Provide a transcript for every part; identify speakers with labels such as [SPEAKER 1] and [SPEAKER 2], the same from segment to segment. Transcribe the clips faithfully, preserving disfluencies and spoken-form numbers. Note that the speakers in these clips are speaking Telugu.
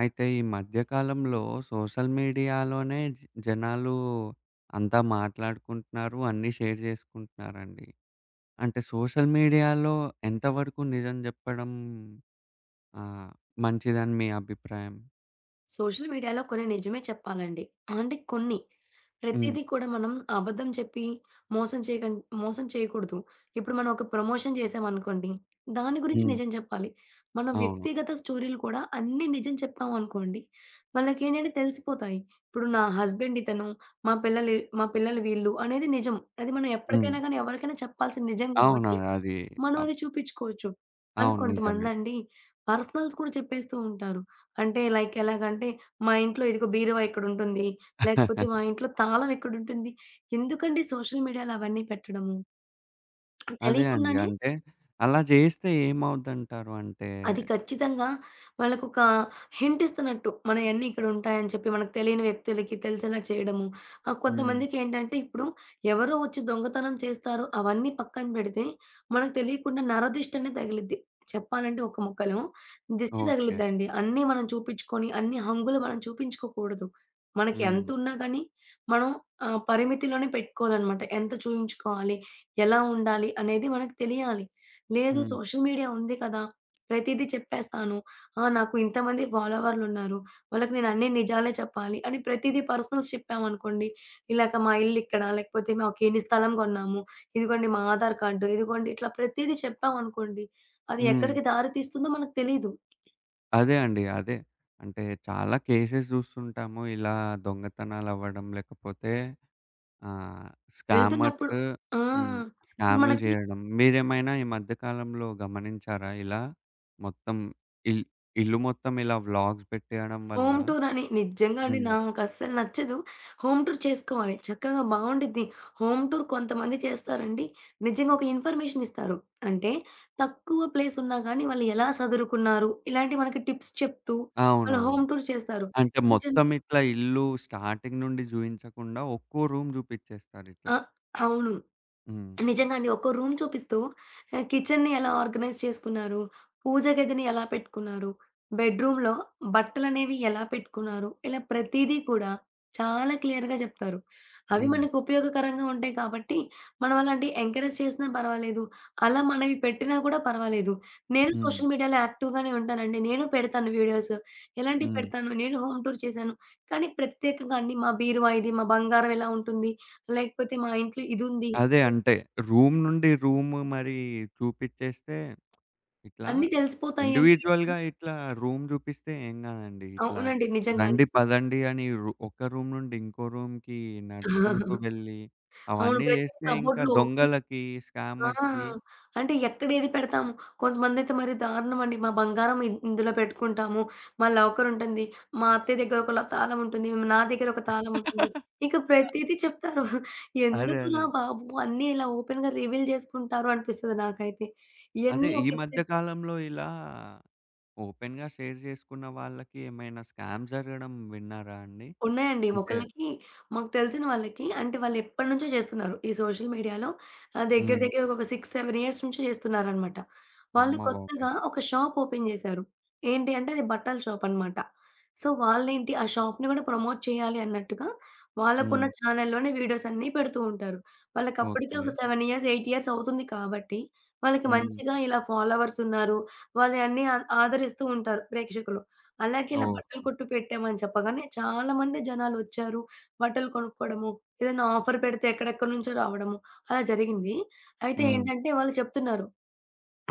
[SPEAKER 1] అయితే ఈ మధ్య కాలంలో సోషల్ మీడియాలోనే జ జనాలు అంతా మాట్లాడుకుంటున్నారు. అన్నీ షేర్ చేసుకుంటున్నారండి. అంటే సోషల్ మీడియాలో ఎంతవరకు నిజం జెప్పడం ఆహ్, మంచిదని మీ అభిప్రాయం?
[SPEAKER 2] సోషల్ మీడియాలో కొన్ని నిజమే చెప్పాలండి. అంటే కొన్ని.
[SPEAKER 1] హ్మ్.
[SPEAKER 2] ప్రతీదీ కూడా మనం అబద్ధం చెప్పి మోసం చేయకన్ మోసం చేయకూడదు. ఇప్పుడు మనం ఒక ప్రమోషన్ చేశామనుకోండి, దాని గురించి
[SPEAKER 1] హ్మ్.
[SPEAKER 2] నిజం చెప్పాలి. మన
[SPEAKER 1] అవును.
[SPEAKER 2] వ్యక్తిగత స్టోరీలు కూడా అన్నీ నిజం చెప్పామనుకోండి, వాళ్ళకేంటంటే తెలిసిపోతాయి. ఇప్పుడు నా హస్బెండ్ ఇతను, మా పిల్లలు మా పిల్లలు వీళ్ళు అనేది నిజం. అది మనం
[SPEAKER 1] హ్మ్.
[SPEAKER 2] ఎప్పటికైనా గానీ ఎవరికైనా చెప్పాల్సిన నిజం
[SPEAKER 1] అవును.
[SPEAKER 2] కాబట్టి
[SPEAKER 1] అది
[SPEAKER 2] మనం
[SPEAKER 1] అవ్
[SPEAKER 2] అది చూపిచ్చుకోవచ్చు. కానీ
[SPEAKER 1] అవును. నిజమే.
[SPEAKER 2] కొంతమందండి పర్సనల్స్ కూడా చెప్పేస్తూ ఉంటారు. అంటే లైక్ ఎలాగంటే, మా ఇంట్లో ఇదిగో బీరువా ఇక్కడుంటుంది. లేకపోతే మా ఇంట్లో తాళం ఇక్కడుంటుంది. ఎందుకండి సోషల్ మీడియాలో అవన్నీ పెట్టడము?
[SPEAKER 1] అదే అండి.
[SPEAKER 2] తెలియకుండానే
[SPEAKER 1] అంటే అలా జేస్తే ఏమవుద్దంటారు? అంటే
[SPEAKER 2] అది ఖచ్చితంగా వాళ్ళకొక హింట్ ఇస్తున్నట్టు. మనయన్నీ ఇక్కడుంటాయని చెప్పి మనకు తెలియని వ్యక్తులకి తెలిసేలా చేయడము. ఆహ్,
[SPEAKER 1] హ్మ్.
[SPEAKER 2] కొంతమందికేంటంటే ఇప్పుడు ఎవరో వచ్చి దొంగతనం చేస్తారు అవన్నీ పక్కన పెడితే, మనకు తెలియకుండా నరదిష్టనే తగిలిద్ది. చెప్పాలంటే ఒక ముక్కలో దిష్టి
[SPEAKER 1] ఓకే.
[SPEAKER 2] తగిలిద్దండి. అన్నీ మనం చూపించుకొని, అన్ని హంగులు మనం చూపించుకోకూడదు. మనకి
[SPEAKER 1] హ్మ్.
[SPEAKER 2] ఎంతున్నా గానీ, మనం ఆహ్, పరిమితిలోనే పెట్టుకోవాలనమాట. ఎంత చూయించుకోవాలి? ఎలా ఉండాలి? అనేది మనకు తెలియాలి. లేదు
[SPEAKER 1] హ్మ్.
[SPEAKER 2] సోషల్ మీడియా ఉంది కదా! ప్రతీదీ చెప్పేస్తాను. ఆ! నాకు ఇంతమంది ఫాలోవర్లున్నారు. వాళ్ళకి నేను అన్ని నిజాలే చెప్పాలి అని ప్రతీదీ పర్సనల్స్ చెప్పామనుకోండి, ఇలాగ మా ఇల్లిక్కడ, లేకపోతే మాకిన్ని స్థలం కొన్నాము, ఇదిగోండి మా ఆధార్ కార్డు, ఇదిగోండి ఇట్లా ప్రతీదీ చెప్పామనుకోండి, అది
[SPEAKER 1] హ్మ్.
[SPEAKER 2] ఎక్కడికి దారి తీస్తుందో మనకు తెలీదు.
[SPEAKER 1] అదే అండి. అదే. అంటే చాలా కేసెస్ జూస్తుంటాము. ఇలా దొంగతనాలవ్వడం లేకపోతే ఆహ్, స్కామర్స్
[SPEAKER 2] వెళ్తున్నప్పుడు ఆ!
[SPEAKER 1] హ్మ్.
[SPEAKER 2] ఇప్పుడు
[SPEAKER 1] స్కామ్‌లు
[SPEAKER 2] మనకి
[SPEAKER 1] జేయడం. మీరేమైనా ఈ మధ్య కాలంలో గమనించారా ఇలా? మొత్తం ఇల్ ఇల్లు మొత్తం ఇలా వ్లాగ్స్ పెట్టేయడం వల్ల
[SPEAKER 2] హోమ్ టూర్ అని నిజంగా అండి
[SPEAKER 1] హ్మ్.
[SPEAKER 2] నాకస్సలు నచ్చదు. హోమ్ టూర్ చేసుకోవాలి. చక్కగా బావుండిద్ది. హోమ్ టూర్ కొంతమంది చేస్తారండి. నిజంగా ఒక ఇన్ఫర్మేషన్ ఇస్తారు. అంటే తక్కువ ప్లేస్ ఉన్నా గానీ వాళ్ళు ఎలా సదురుకున్నారు? ఇలాంటివి మనకి టిప్స్ చెప్తూ వాళ్ళు
[SPEAKER 1] అవునవును.
[SPEAKER 2] హోమ్ టూర్ చేస్తారు.
[SPEAKER 1] అంటే
[SPEAKER 2] కిచెన్
[SPEAKER 1] మొత్తం ఇట్లా ఇల్లు స్టార్టింగ్ నుండి జూయించకుండా ఒక్కో రూమ్ జూపిచ్చేస్తారిట్లా.
[SPEAKER 2] ఆ! అవును.
[SPEAKER 1] హ్మ్.
[SPEAKER 2] నిజంగా అండి. ఒక్కో రూమ్ చూపిస్తూ ఆహ్, కిచెన్‌ని ఎలా ఆర్గనైజ్ చేసుకున్నారు, పూజ గదిని ఎలా పెట్టుకున్నారు, బెడ్‌రూమ్‌లో బట్టలనేవి ఎలా పెట్టుకున్నారు, ఇలా ప్రతీదీ కూడా చాలా క్లియర్‌గా చెప్తారు. అవి
[SPEAKER 1] హ్మ్.
[SPEAKER 2] మనకు ఉపయోగకరంగా ఉంటాయి కాబట్టి, మనం అలాంటివి ఎంకరేజ్ చేసినా పర్వాలేదు, అలా మనవి పెట్టినా కూడా పర్వాలేదు. నేను
[SPEAKER 1] హ్మ్.
[SPEAKER 2] సోషల్ మీడియాలో యాక్టివ్‌గానే ఉంటానండి. నేను పెడతాను వీడియోస్. ఎలాంటివి
[SPEAKER 1] హ్మ్.
[SPEAKER 2] పెడతాను, నేను హోమ్ టూర్ చేశాను. కానీ ప్రత్యేకంగా అండి మా బీరువా ఇది, మా బంగారం ఎలా ఉంటుంది, లేకపోతే మా ఇంట్లో ఇదుంది.
[SPEAKER 1] అదే అంటే రూమ్ నుండి రూమ్ మరి చూపిచ్చేస్తే ఇట్లా
[SPEAKER 2] అన్నీ తెలిసిపోతాయంటే ఎక్కడ
[SPEAKER 1] ఇండివిడ్యుయల్‌గా ఇట్లా రూమ్ చూపిస్తే ఏం కాదండి. ఇట్లా
[SPEAKER 2] అవునండి. నిజంగానే.
[SPEAKER 1] రండి, పదండి అని రు ఒక రూమ్ నుండి ఇంకో రూమ్‌కి నడుచుకుంటూ వెళ్ళి
[SPEAKER 2] అవును.
[SPEAKER 1] అవన్నీ
[SPEAKER 2] ప్రతి
[SPEAKER 1] చేస్తే ఇంకా
[SPEAKER 2] కబోర్డ్‌లు ఓపెన్
[SPEAKER 1] దొంగలకి,
[SPEAKER 2] ఆ!
[SPEAKER 1] స్కామర్స్‌కి
[SPEAKER 2] అంటే ఎక్కడేది పెడతాము. కొంతమందైతే మరి దారుణమండి. మా బంగారం ఇ ఇందులో పెట్టుకుంటాము. మా లాకర్ ఉంటుంది. మా అత్తయ్య దగ్గర ఒక ల తాళం ఉంటుంది. నా దగ్గర ఒక తాళం ఉంటుంది. ఇక ప్రతీది చెప్తారు.
[SPEAKER 1] అదే. అదే.
[SPEAKER 2] ఎందుకురా బాబు! అన్నీ ఇలా ఓపెన్‌గా రివీల్ చేసుకుంటారు అనిపిస్తది నాకైతే.
[SPEAKER 1] అదే
[SPEAKER 2] ఇయన్నీ
[SPEAKER 1] ఈ
[SPEAKER 2] ఒక ఎత్తు
[SPEAKER 1] మధ్య కాలంలో ఇలా ఓపెన్‌గా షేర్ చేసుకున్న వాళ్ళకి ఏమైనా స్కామ్ జరగడం విన్నారా అండి?
[SPEAKER 2] ఉన్నాయండి.
[SPEAKER 1] అంటే
[SPEAKER 2] ఒకళ్ళకి మాకు తెలిసిన వాళ్ళకి అంటే వాళ్ళెప్పటినుంచో చేస్తున్నారు. ఈ సోషల్ మీడియాలో ఆహ్, దగ్గర
[SPEAKER 1] హ్మ్.
[SPEAKER 2] దగ్గర ఒక ఆరు, ఏడు ఇయర్స్ నుంచి చేస్తున్నారనమాట. వాళ్ళు
[SPEAKER 1] అమ్మ
[SPEAKER 2] కొత్తగా
[SPEAKER 1] బాబోయ్!
[SPEAKER 2] ఒక షాప్ ఓపెన్ చేశారు. ఏంటి అంటే అది బట్టల షాప్ అనమాట. సో, వాళ్ళేంటి ఆ షాప్‌ని కూడా ప్రమోట్ చేయాలి అన్నట్టుగా వాళ్ళకున్న
[SPEAKER 1] హ్మ్.
[SPEAKER 2] ఛానెల్‌లోనే వీడియోస్ అన్నీ పెడుతూ ఉంటారు. వాళ్ళకప్పటికే ఒక
[SPEAKER 1] ఓకే.
[SPEAKER 2] ఏడు ఇయర్స్, ఎనిమిది ఇయర్స్ అవుతుంది కాబట్టి వాళ్ళకి
[SPEAKER 1] హ్మ్.
[SPEAKER 2] మంచిగా ఇలా ఫాలోవర్స్ ఉన్నారు. వాళ్ళయన్నీ ఆ ఆదరిస్తూ ఉంటారు ప్రేక్షకులు. అలాగే ఇలా బట్టల
[SPEAKER 1] ఓహో!
[SPEAKER 2] కొట్టు పెట్టామని చెప్పగానే చాలామంది జనాలొచ్చారు. బట్టలు కొనుక్కోవడము, ఏదైనా ఆఫర్ పెడితే ఎక్కడెక్కడి నుంచో రావడము అలా జరిగింది. అయితే
[SPEAKER 1] హ్మ్.
[SPEAKER 2] ఏంటంటే వాళ్ళు చెప్తున్నారు.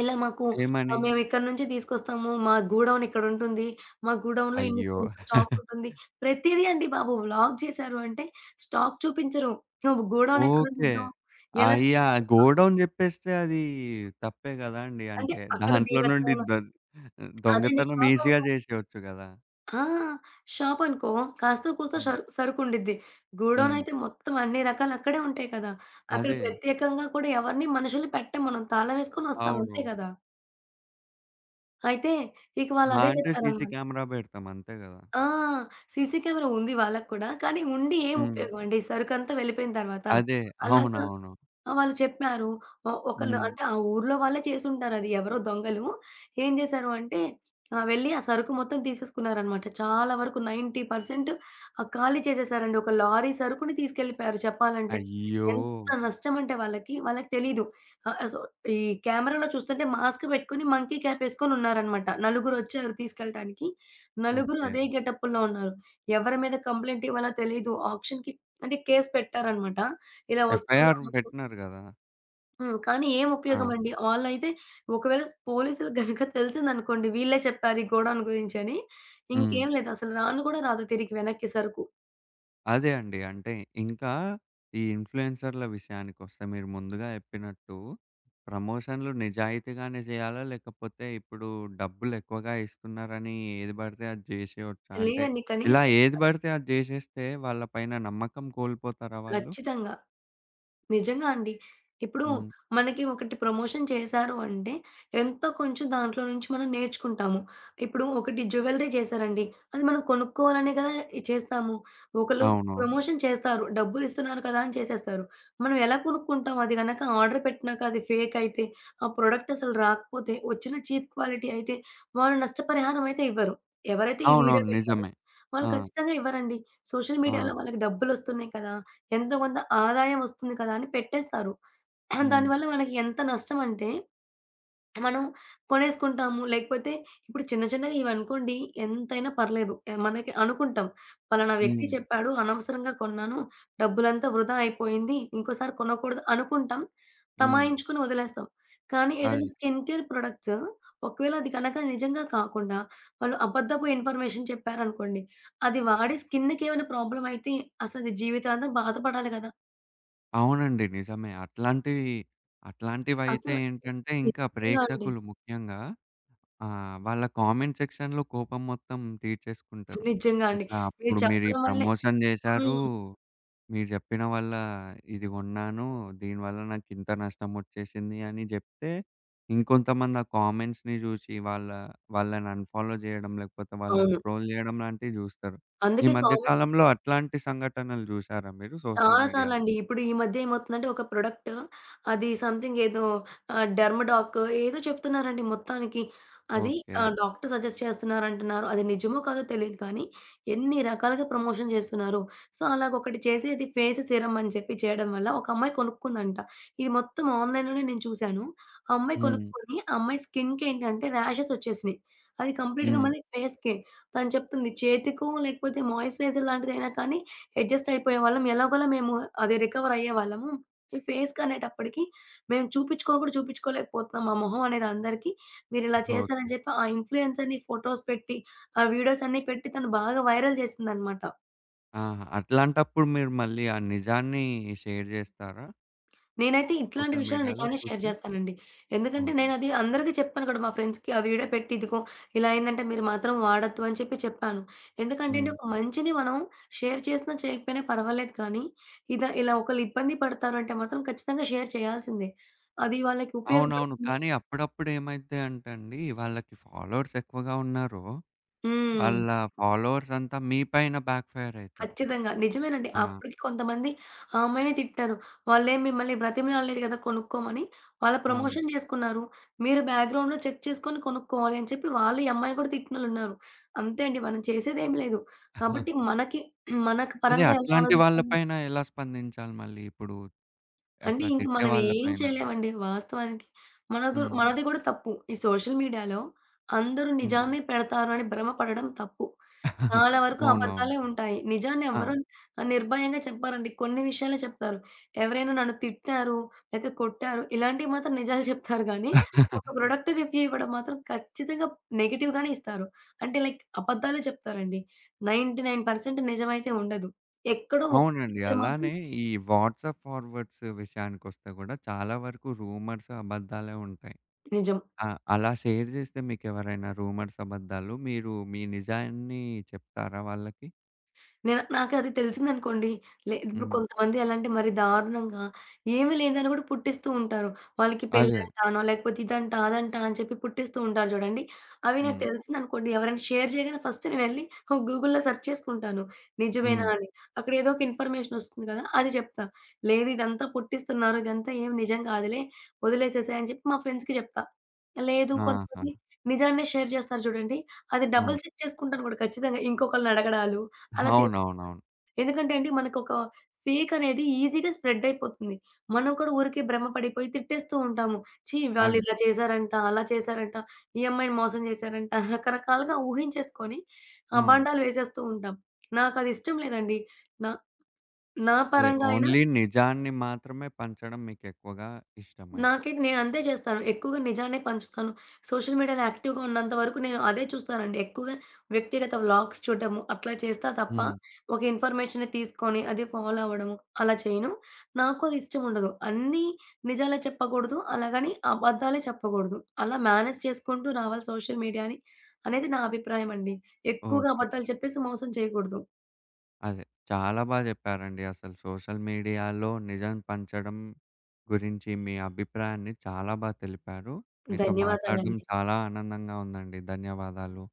[SPEAKER 2] ఇలా మాకు
[SPEAKER 1] ఏమని?
[SPEAKER 2] ఆహ్, మేము ఇక్కడి నుంచి తీసుకొస్తాము. మా గోడౌన్ ఇక్కడుంటుంది. మా గోడౌన్‌లో ఇన్ని
[SPEAKER 1] అయ్యో!
[SPEAKER 2] ఇంత స్టాక్ ఉంటుంది. ప్రతీదీ అండి బాబు వ్లాగ్ చేశారు అంటే స్టాక్ చూపించరు. గోడౌన్ ఎక్కడ
[SPEAKER 1] ఓకే.
[SPEAKER 2] ఉండిద్దో? ఎలా
[SPEAKER 1] అయ్యా!
[SPEAKER 2] పెడతారో స్టాక్.
[SPEAKER 1] గోడౌన్ జెప్పేస్తే అది తప్పే గదండీ.
[SPEAKER 2] అంటే
[SPEAKER 1] అంటే
[SPEAKER 2] అక్కడ
[SPEAKER 1] దాంట్లో నుండి
[SPEAKER 2] బీభత్సమైన
[SPEAKER 1] ద
[SPEAKER 2] అదండి
[SPEAKER 1] దొంగతనం ఈజీగా
[SPEAKER 2] షాపనుకో
[SPEAKER 1] జేసేయొచ్చు గదా!
[SPEAKER 2] ఆ! షాపనుకో కాస్తో కూస్తో
[SPEAKER 1] హ్మ్.
[SPEAKER 2] షర్ సరుకుండిద్ది. గూడౌన్
[SPEAKER 1] హ్మ్.
[SPEAKER 2] అయితే మొత్తం అన్ని రకాలు అక్కడే ఉంటాయి కదా! అక్కడ
[SPEAKER 1] అదే.
[SPEAKER 2] ప్రత్యేకంగా కూడా ఎవరిని మనుషుల్ని పెట్టం మనం. తాళం వేసుకొనొస్తాం
[SPEAKER 1] అవును.
[SPEAKER 2] అంతే గదా! అయితే ఇక
[SPEAKER 1] మా
[SPEAKER 2] వాళ్ళదే
[SPEAKER 1] అంటే సీ సీ
[SPEAKER 2] చెప్పారనమాట.
[SPEAKER 1] కెమెరా బెడతాం అంతే గదా!
[SPEAKER 2] ఆ! సీసీ కెమెరా ఉంది వాళ్ళకి కూడా. కానీ ఉండి ఏం హ్మ్.
[SPEAKER 1] హ్మ్.
[SPEAKER 2] ఉపయోగం అండి. సరుకంతా వెళ్ళిపోయిన తర్వాత.
[SPEAKER 1] అదే.
[SPEAKER 2] అలాగా
[SPEAKER 1] అవునవును.
[SPEAKER 2] ఆ! వాళ్ళు చెప్పారు. ఒ ఒకళ్ళు
[SPEAKER 1] హ్మ్.
[SPEAKER 2] అంటే ఆ ఊర్లో వాళ్ళే చేసుంటారు అది. ఎవరో దొంగలు ఏం చేశారు అంటే ఆహ్, వెళ్ళి ఆ సరుకు మొత్తం తీసేసుకున్నారనమాట. చాలా వరకు తొంభై శాతం ఆహ్, ఖాళీ చేసేసారండి. ఒక లారీ సరుకుని తీసుకెళ్ళిపోయారు చెప్పాలంటే.
[SPEAKER 1] అయ్యో!
[SPEAKER 2] ఎంత నష్టం అంటే వాళ్ళకి, వాళ్ళకి తెలీదు. ఆహ్, సో, ఈ కెమెరాలో చూస్తుంటే మాస్క్ పెట్టుకొని మంకీ క్యాప్ ఏసుకొని ఉన్నారనమాట. నలుగురొచ్చారు తీసుకెళ్ళటానికి. నలుగురు
[SPEAKER 1] ఓకే.
[SPEAKER 2] అదే గెటప్పుల్లో ఉన్నారు. ఎవరి మీద కంప్లెయింట్ ఇవ్వాలో తెలీదు. ఆక్షన్‌కి అంటే కేస్ పెట్టారనమాట. ఇలా వస్తుందా
[SPEAKER 1] ఎఫ్ ఐ ఆర్
[SPEAKER 2] మాకు?
[SPEAKER 1] బెట్టినారు గదా!
[SPEAKER 2] హ్మ్. కానీ ఏం
[SPEAKER 1] ఆ!
[SPEAKER 2] ఉపయోగమండి? ఆళ్ళైతే ఒకవేళ పోలీసులకు గనక తెలిసిందనుకోండి, వీళ్ళే చెప్పారు ఈ గోడౌన్ గురించని.
[SPEAKER 1] హ్మ్.
[SPEAKER 2] ఇంకేం లేదు. అసలు రాను కూడా రాదు తిరిగి వెనక్కి సరుకు.
[SPEAKER 1] అదే అండి. అంటే ఇంకా ఈ ఇన్‌ఫ్లుయెన్సర్‌ల విషయానికొస్తే మీరు ముందుగా చెప్పినట్టు ప్రమోషన్‌లు నిజాయితీగానే జేయాలా? లేకపోతే ఇప్పుడు డబ్బులెక్కువగా ఇస్తున్నారని ఏది బడితే అది జేసేయొచ్చా? అంటే
[SPEAKER 2] లేదండి.
[SPEAKER 1] ఇలా
[SPEAKER 2] కనీసం
[SPEAKER 1] ఏది బడితే అది జేసేస్తే వాళ్ళ పైన నమ్మకం కోల్పోతారా వాళ్ళు?
[SPEAKER 2] ఖచ్చితంగా. నిజంగా అండి. ఇప్పుడు
[SPEAKER 1] హ్మ్.
[SPEAKER 2] మనకి ఒకటి ప్రమోషన్ చేశారు అంటే, ఎంతో కొంచెం దాంట్లో నుంచి మనం నేర్చుకుంటాము. ఇప్పుడు ఒకటి జ్యువెల్లరీ చేశారండి. అది మనం కొనుక్కోవాలనే కదా ఇ- చేస్తాము. ఒకళ్ళు
[SPEAKER 1] అవును.
[SPEAKER 2] ప్రమోషన్ చేస్తారు. డబ్బులు ఇస్తున్నారు కదా అని చేసేస్తారు. మనం ఎలా కొనుక్కుంటాం? అది గనక ఆర్డర్ పెట్టినాక అది ఫేక్ అయితే, ఆ ప్రొడక్ట్ అసలు రాకపోతే, వచ్చిన చీప్ క్వాలిటీ అయితే, వాళ్ళు నష్టపరిహారం అయితే ఇవ్వరు. ఎవరైతే ఈ వీడియో
[SPEAKER 1] అవునవును.
[SPEAKER 2] పెట్టారో
[SPEAKER 1] నిజమే.
[SPEAKER 2] వాళ్ళు
[SPEAKER 1] ఆ!
[SPEAKER 2] ఖచ్చితంగా ఇవ్వరండి. సోషల్
[SPEAKER 1] ఆ!
[SPEAKER 2] మీడియాలో వాళ్ళకి డబ్బులొస్తున్నాయి కదా! ఎంతో కొంత ఆదాయం వస్తుంది కదా అని పెట్టేస్తారు.
[SPEAKER 1] హ్మ్.
[SPEAKER 2] దానివల్ల మనకి ఎంత నష్టమంటే, మనం కొనేసుకుంటాము. లేకపోతే ఇప్పుడు చిన్న చిన్నగా ఇవనుకోండి ఎంతైనా పర్లేదు. ఆహ్, మనకి అనుకుంటాం. పలానా వ్యక్తి
[SPEAKER 1] హ్మ్.
[SPEAKER 2] చెప్పాడు, అనవసరంగా కొన్నాను. డబ్బులంతా వృధా అయిపోయింది. ఇంకోసారి కొనకూడదు అనుకుంటాం.
[SPEAKER 1] హ్మ్.
[SPEAKER 2] తమాయించుకొని వదిలేస్తాం. కానీ
[SPEAKER 1] అదే.
[SPEAKER 2] ఏదైనా స్కిన్ కేర్ ప్రొడక్ట్స్ ఒకవేళ అది గనక నిజంగా కాకుండా, వాళ్ళు అబద్ధపు ఇన్ఫర్మేషన్ చెప్పారనుకోండి. అది వాడి స్కిన్‌కేమైనా ప్రాబ్లమ్ అయితే అసలది జీవితాంతం బాధపడాలి కదా!
[SPEAKER 1] అవునండి. నిజమే. అట్లాంటివి అట్లాంటివైతే
[SPEAKER 2] అసలు
[SPEAKER 1] ఏంటంటే ఇంకా
[SPEAKER 2] నిజంగా అండి.
[SPEAKER 1] ప్రేక్షకులు ముఖ్యంగా ఆ! వాళ్ళ కామెంట్ సెక్షన్‌లో కోపం మొత్తం తీర్చేసుకుంటారు.
[SPEAKER 2] నిజంగా అండి.
[SPEAKER 1] ఇట్లా
[SPEAKER 2] మీరు
[SPEAKER 1] అప్పుడు మీరు ఈ
[SPEAKER 2] చెప్పడం వల్లే
[SPEAKER 1] ప్రమోషన్ చేశారు.
[SPEAKER 2] హ్మ్.
[SPEAKER 1] మీరు చెప్పిన వల్ల ఇది కొన్నాను. దీనివల్ల నాకింత నష్టమొచ్చేసింది అని జెప్తే, ఇంకొంతమంది ఆ కామెంట్స్‌ని జూసి వాళ్ళ వాళ్ళని అన్‌ఫాలో జేయడం, లేకపోతే వాళ్ళని
[SPEAKER 2] అవును.
[SPEAKER 1] ట్రోల్ జేయడం లాంటివి జూస్తారు. ఈ
[SPEAKER 2] అందుకే
[SPEAKER 1] మధ్య
[SPEAKER 2] కామె
[SPEAKER 1] కాలంలో అట్లాంటి సంఘటనలు జూసారా మీరు సోషల్
[SPEAKER 2] చాలా
[SPEAKER 1] మీడియాలో?
[SPEAKER 2] సార్లండి. ఇప్పుడు ఈ మధ్య ఏమవుతుందంటే ఒక ప్రొడక్ట్ అది సంథింగ్ ఏదో ఆహ్, డెర్మడాక్ ఏదో చెప్తున్నారండి మొత్తానికి. అది
[SPEAKER 1] ఓకే.
[SPEAKER 2] ఆహ్, డాక్టర్ సజెస్ట్ చేస్తున్నారంటున్నారు. అది నిజమో కాదో తెలీదు కానీ ఎన్ని రకాలుగా ప్రమోషన్ చేస్తున్నారు. సో, అలాగొకటి చేసి అది ఫేస్ సీరమ్ అని చెప్పి చేయడం వల్ల ఒక అమ్మాయి కొనుక్కుందంట. ఇది మొత్తం ఆన్‌లైన్‌లోనే నేను చూశాను. ఆ అమ్మాయి
[SPEAKER 1] హ్మ్.
[SPEAKER 2] కొనుక్కొని ఆ అమ్మాయి స్కిన్‌కి ఏంటంటే రాషెస్ వచ్చేసినాయి. అది కంప్లీట్‌గా
[SPEAKER 1] హ్మ్.
[SPEAKER 2] మళ్ళీ ఫేస్‌కే. తను చెప్తుంది చేతికో లేకపోతే మాయిశ్చరైజర్ లాంటిదైనా కానీ అడ్జస్ట్ అయిపోయేవాళ్ళం. ఎలాగోలా మేము అది రికవర్ అయ్యేవాళ్ళము. ఈ ఫేస్‌కి అనేటప్పటికి మేము చూపించుకోను కూడా చూపించుకోలేకపోతున్నాం. మా మొహం అనేది అందరికి. మీరిలా
[SPEAKER 1] ఓకే.
[SPEAKER 2] చేశారని చెప్పి ఆ ఇన్‌ఫ్లుయెన్సర్‌ని ఫోటోస్ పెట్టి, ఆ వీడియోస్ అన్నీ పెట్టి తను బాగా వైరల్ చేసిందనమాట.
[SPEAKER 1] ఆహా! అట్లాంటప్పుడు మీరు మళ్ళీ ఆ నిజాన్ని షేర్ జేస్తారా?
[SPEAKER 2] నేనైతే ఇట్లాంటి
[SPEAKER 1] సోషల్
[SPEAKER 2] విషయాలు
[SPEAKER 1] మీడియాలో
[SPEAKER 2] నిజంగానే షేర్
[SPEAKER 1] చూస్తే
[SPEAKER 2] చేస్తానండి. ఎందుకంటే
[SPEAKER 1] ఓకే.
[SPEAKER 2] నేనది అందరికీ చెప్పాను కూడా మా ఫ్రెండ్స్‌కి ఆ వీడియో పెట్టి ఇదిగో ఇలా అయిందంటే మీరు మాత్రం వాడొద్దు అని చెప్పి చెప్పాను. ఎందుకంటే అండి
[SPEAKER 1] హ్మ్.
[SPEAKER 2] ఒక మంచిని మనం షేర్ చేసినా చేయకపోయినా పర్వాలేదు కానీ ఇద ఇలా ఒకళ్ళు ఇబ్బంది పడతారు అంటే మాత్రం ఖచ్చితంగా షేర్ చేయాల్సిందే. అది వాళ్ళకి
[SPEAKER 1] అవునవును.
[SPEAKER 2] ఉపయోగపడుతుంది.
[SPEAKER 1] కానీ అప్పుడప్పుడు ఏమైద్ది అంటే అండి, వాళ్ళకి ఫాలోవర్స్ ఎక్కువగా ఉన్నారో,
[SPEAKER 2] హ్మ్.
[SPEAKER 1] వాళ్ళ ఫాలోవర్స్ అంతా మీ పైన బ్యాక్ ఫైర్ అయితరు.
[SPEAKER 2] ఖచ్చితంగా. నిజమేనండి.
[SPEAKER 1] ఆ!
[SPEAKER 2] అప్పటికి కొంతమంది ఆ అమ్మాయినే తిట్టారు. వాళ్ళేం మిమ్మల్ని బ్రతిమలాడలేదు కదా కొనుక్కోమని. వాళ్ళ
[SPEAKER 1] ఆ!
[SPEAKER 2] ప్రమోషన్ చేసుకున్నారు. మీరు బ్యాక్‌గ్రౌండ్‌లో చెక్ చేసుకొని కొనుక్కోవాలి అని చెప్పి వాళ్ళు ఈ అమ్మాయిని కూడా తిట్టినోళ్ళున్నారు. అంతే అండి. మనం చేసేదేం లేదు. కాబట్టి మనకి మన
[SPEAKER 1] అదే
[SPEAKER 2] పరంగా ఎలా
[SPEAKER 1] అట్లాంటి వాళ్ళ
[SPEAKER 2] ఆలోచించాలి?
[SPEAKER 1] పైన ఎలా స్పందించాలి మళ్ళీ ఇప్పుడు?
[SPEAKER 2] అంటే
[SPEAKER 1] అట్లా
[SPEAKER 2] ఇంక
[SPEAKER 1] తిట్టే
[SPEAKER 2] మనం
[SPEAKER 1] వాళ్ళ
[SPEAKER 2] ఏం
[SPEAKER 1] పైన?
[SPEAKER 2] చేయలేమండి వాస్తవానికి. మనదు
[SPEAKER 1] హ్మ్.
[SPEAKER 2] మనది గూడా తప్పు. ఈ సోషల్ మీడియాలో అందరూ
[SPEAKER 1] హ్మ్.
[SPEAKER 2] నిజాన్ని పెడతారు అని భ్రమ పడడం తప్పు. చాలా వరకు
[SPEAKER 1] అవునవును.
[SPEAKER 2] అబద్ధాలే ఉంటాయి. నిజాన్ని
[SPEAKER 1] ఆ!
[SPEAKER 2] ఎవ్వరు ఆహ్, నిర్భయంగా చెప్పారండి. కొన్ని విషయాలే చెప్తారు. ఎవరైనా నన్ను తిట్టారు, లేతే కొట్టారు ఇలాంటివి మాత్రం నిజాలు చెప్తారు గానీ, ఒక ప్రొడక్ట్ రివ్యూ ఇవ్వడం మాత్రం ఖచ్చితంగా నెగెటివ్ గానే ఇస్తారు. అంటే లైక్ అబద్ధాలే చెప్తారండి. తొంభై తొమ్మిది శాతం నిజమైతే ఉండదు. ఎక్కడో
[SPEAKER 1] అవునండి.
[SPEAKER 2] ఒక్కరిద్దరు మాత్రం
[SPEAKER 1] అలానే ఈ వాట్సాప్ ఫార్వర్డ్స్ విషయానికొస్తే గూడా చాలా వరకు రూమర్స్, అబద్దాలే ఉంటాయి.
[SPEAKER 2] నిజం.
[SPEAKER 1] ఆ! అలా షేర్ జేస్తే మీకెవరైనా రూమర్స్, అబద్ధాలు మీరు మీ నిజాన్ని చెప్తారా వాళ్ళకి?
[SPEAKER 2] నేను నాకది తెలిసిందనుకోండి, లే ఇప్పుడు
[SPEAKER 1] హ్మ్.
[SPEAKER 2] కొంతమంది ఎలా అంటే మరి దారుణంగా ఏమీ లేదని గూడా పుట్టిస్తూ ఉంటారు. వాళ్ళకి
[SPEAKER 1] అదే.
[SPEAKER 2] పెళ్ళంటానో, లేకపోతే ఇదంట, అదంట అని చెప్పి పుట్టిస్తూ ఉంటారు జూడండి. అవి నాకు
[SPEAKER 1] హ్మ్.
[SPEAKER 2] తెలిసిందనుకోండి, ఎవరైనా షేర్ చేయగానే ఫస్ట్ నేనెళ్ళి ఓహ్! గూగుల్‌లో సెర్చ్ చేసుకుంటాను. నిజమేనా
[SPEAKER 1] హ్మ్.
[SPEAKER 2] అని. అక్కడ ఏదో ఒక ఇన్ఫర్మేషన్ ఒస్తుంది గదా! అది చెప్తా. లేదు ఇదంతా పుట్టిస్తున్నారు, ఇదంతా ఏమి నిజం కాదులే, వదిలేసేసేయి అని చెప్పి మా ఫ్రెండ్స్‌కి జెప్తా. లేదు
[SPEAKER 1] ఆహా!
[SPEAKER 2] కొంతమంది నిజాన్నే షేర్ చేస్తారు జూడండి, అది
[SPEAKER 1] ఆ!
[SPEAKER 2] డబుల్ చెక్ చేసుకుంటాను గూడా ఖచ్చితంగా. ఇంకొకళ్ళని అడగడాలు అలా చేస్
[SPEAKER 1] అవునవునవును.
[SPEAKER 2] ఎందుకంటే అండి మనకొక ఫేక్ అనేది ఈజీగా స్ప్రెడ్ అయిపోతుంది. మనం కూడా ఊరికే భ్రమ పడిపోయి తిట్టేస్తూ ఉంటాము. ఛీ! వాళ్ళు
[SPEAKER 1] అదే.
[SPEAKER 2] ఇలా చేశారంట, అలా చేశారంట, ఈ అమ్మాయిని మోసం చేశారంట రకరకాలుగా ఊహించేసుకొని
[SPEAKER 1] హ్మ్.
[SPEAKER 2] అబాండాలు వేసేస్తూ ఉంటాం. నాకది ఇష్టం లేదండి. నా నా
[SPEAKER 1] అదే.
[SPEAKER 2] పరంగా అయినా
[SPEAKER 1] ఓన్లీ నిజాన్ని మాత్రమే పంచడం మీకెక్కువగా ఇష్టమైతే.
[SPEAKER 2] నాకైతే నేను అంతే చేస్తాను. ఎక్కువగా నిజాన్నే పంచుతాను. సోషల్ మీడియాలో యాక్టివ్‌గా ఉన్నంత వరకు నేను అదే చూస్తానండి. ఎక్కువగా వ్యక్తిగత వ్లాగ్స్ చూడడము అట్లా చేస్తా తప్ప,
[SPEAKER 1] హ్మ్.
[SPEAKER 2] ఒక ఇన్ఫర్మేషన్‌ని తీసుకొని అది ఫాలో అవ్వడము అలా చేయను. నాకు అది ఇష్టం ఉండదు. అన్నీ నిజాలే చెప్పకూడదు. అలాగని అబద్ధాలే చెప్పకూడదు. అలా మేనేజ్ చేసుకుంటూ రావాలి సోషల్ మీడియాని అనేది నా అభిప్రాయం అండి. ఎక్కువగా
[SPEAKER 1] ఓకే.
[SPEAKER 2] అబద్ధాలు చెప్పేసి మోసం చేయకూడదు.
[SPEAKER 1] అదే. చాలా బా జెప్పారండి. అసలు సోషల్ మీడియాలో నిజం పంచడం గురించి మీ అభిప్రాయాన్ని చాలా బా తెలిపారు. మీతో మాట్లాడడం
[SPEAKER 2] ధన్యవాదాలండి.
[SPEAKER 1] చాలా ఆనందంగా ఉందండి. ధన్యవాదాలు.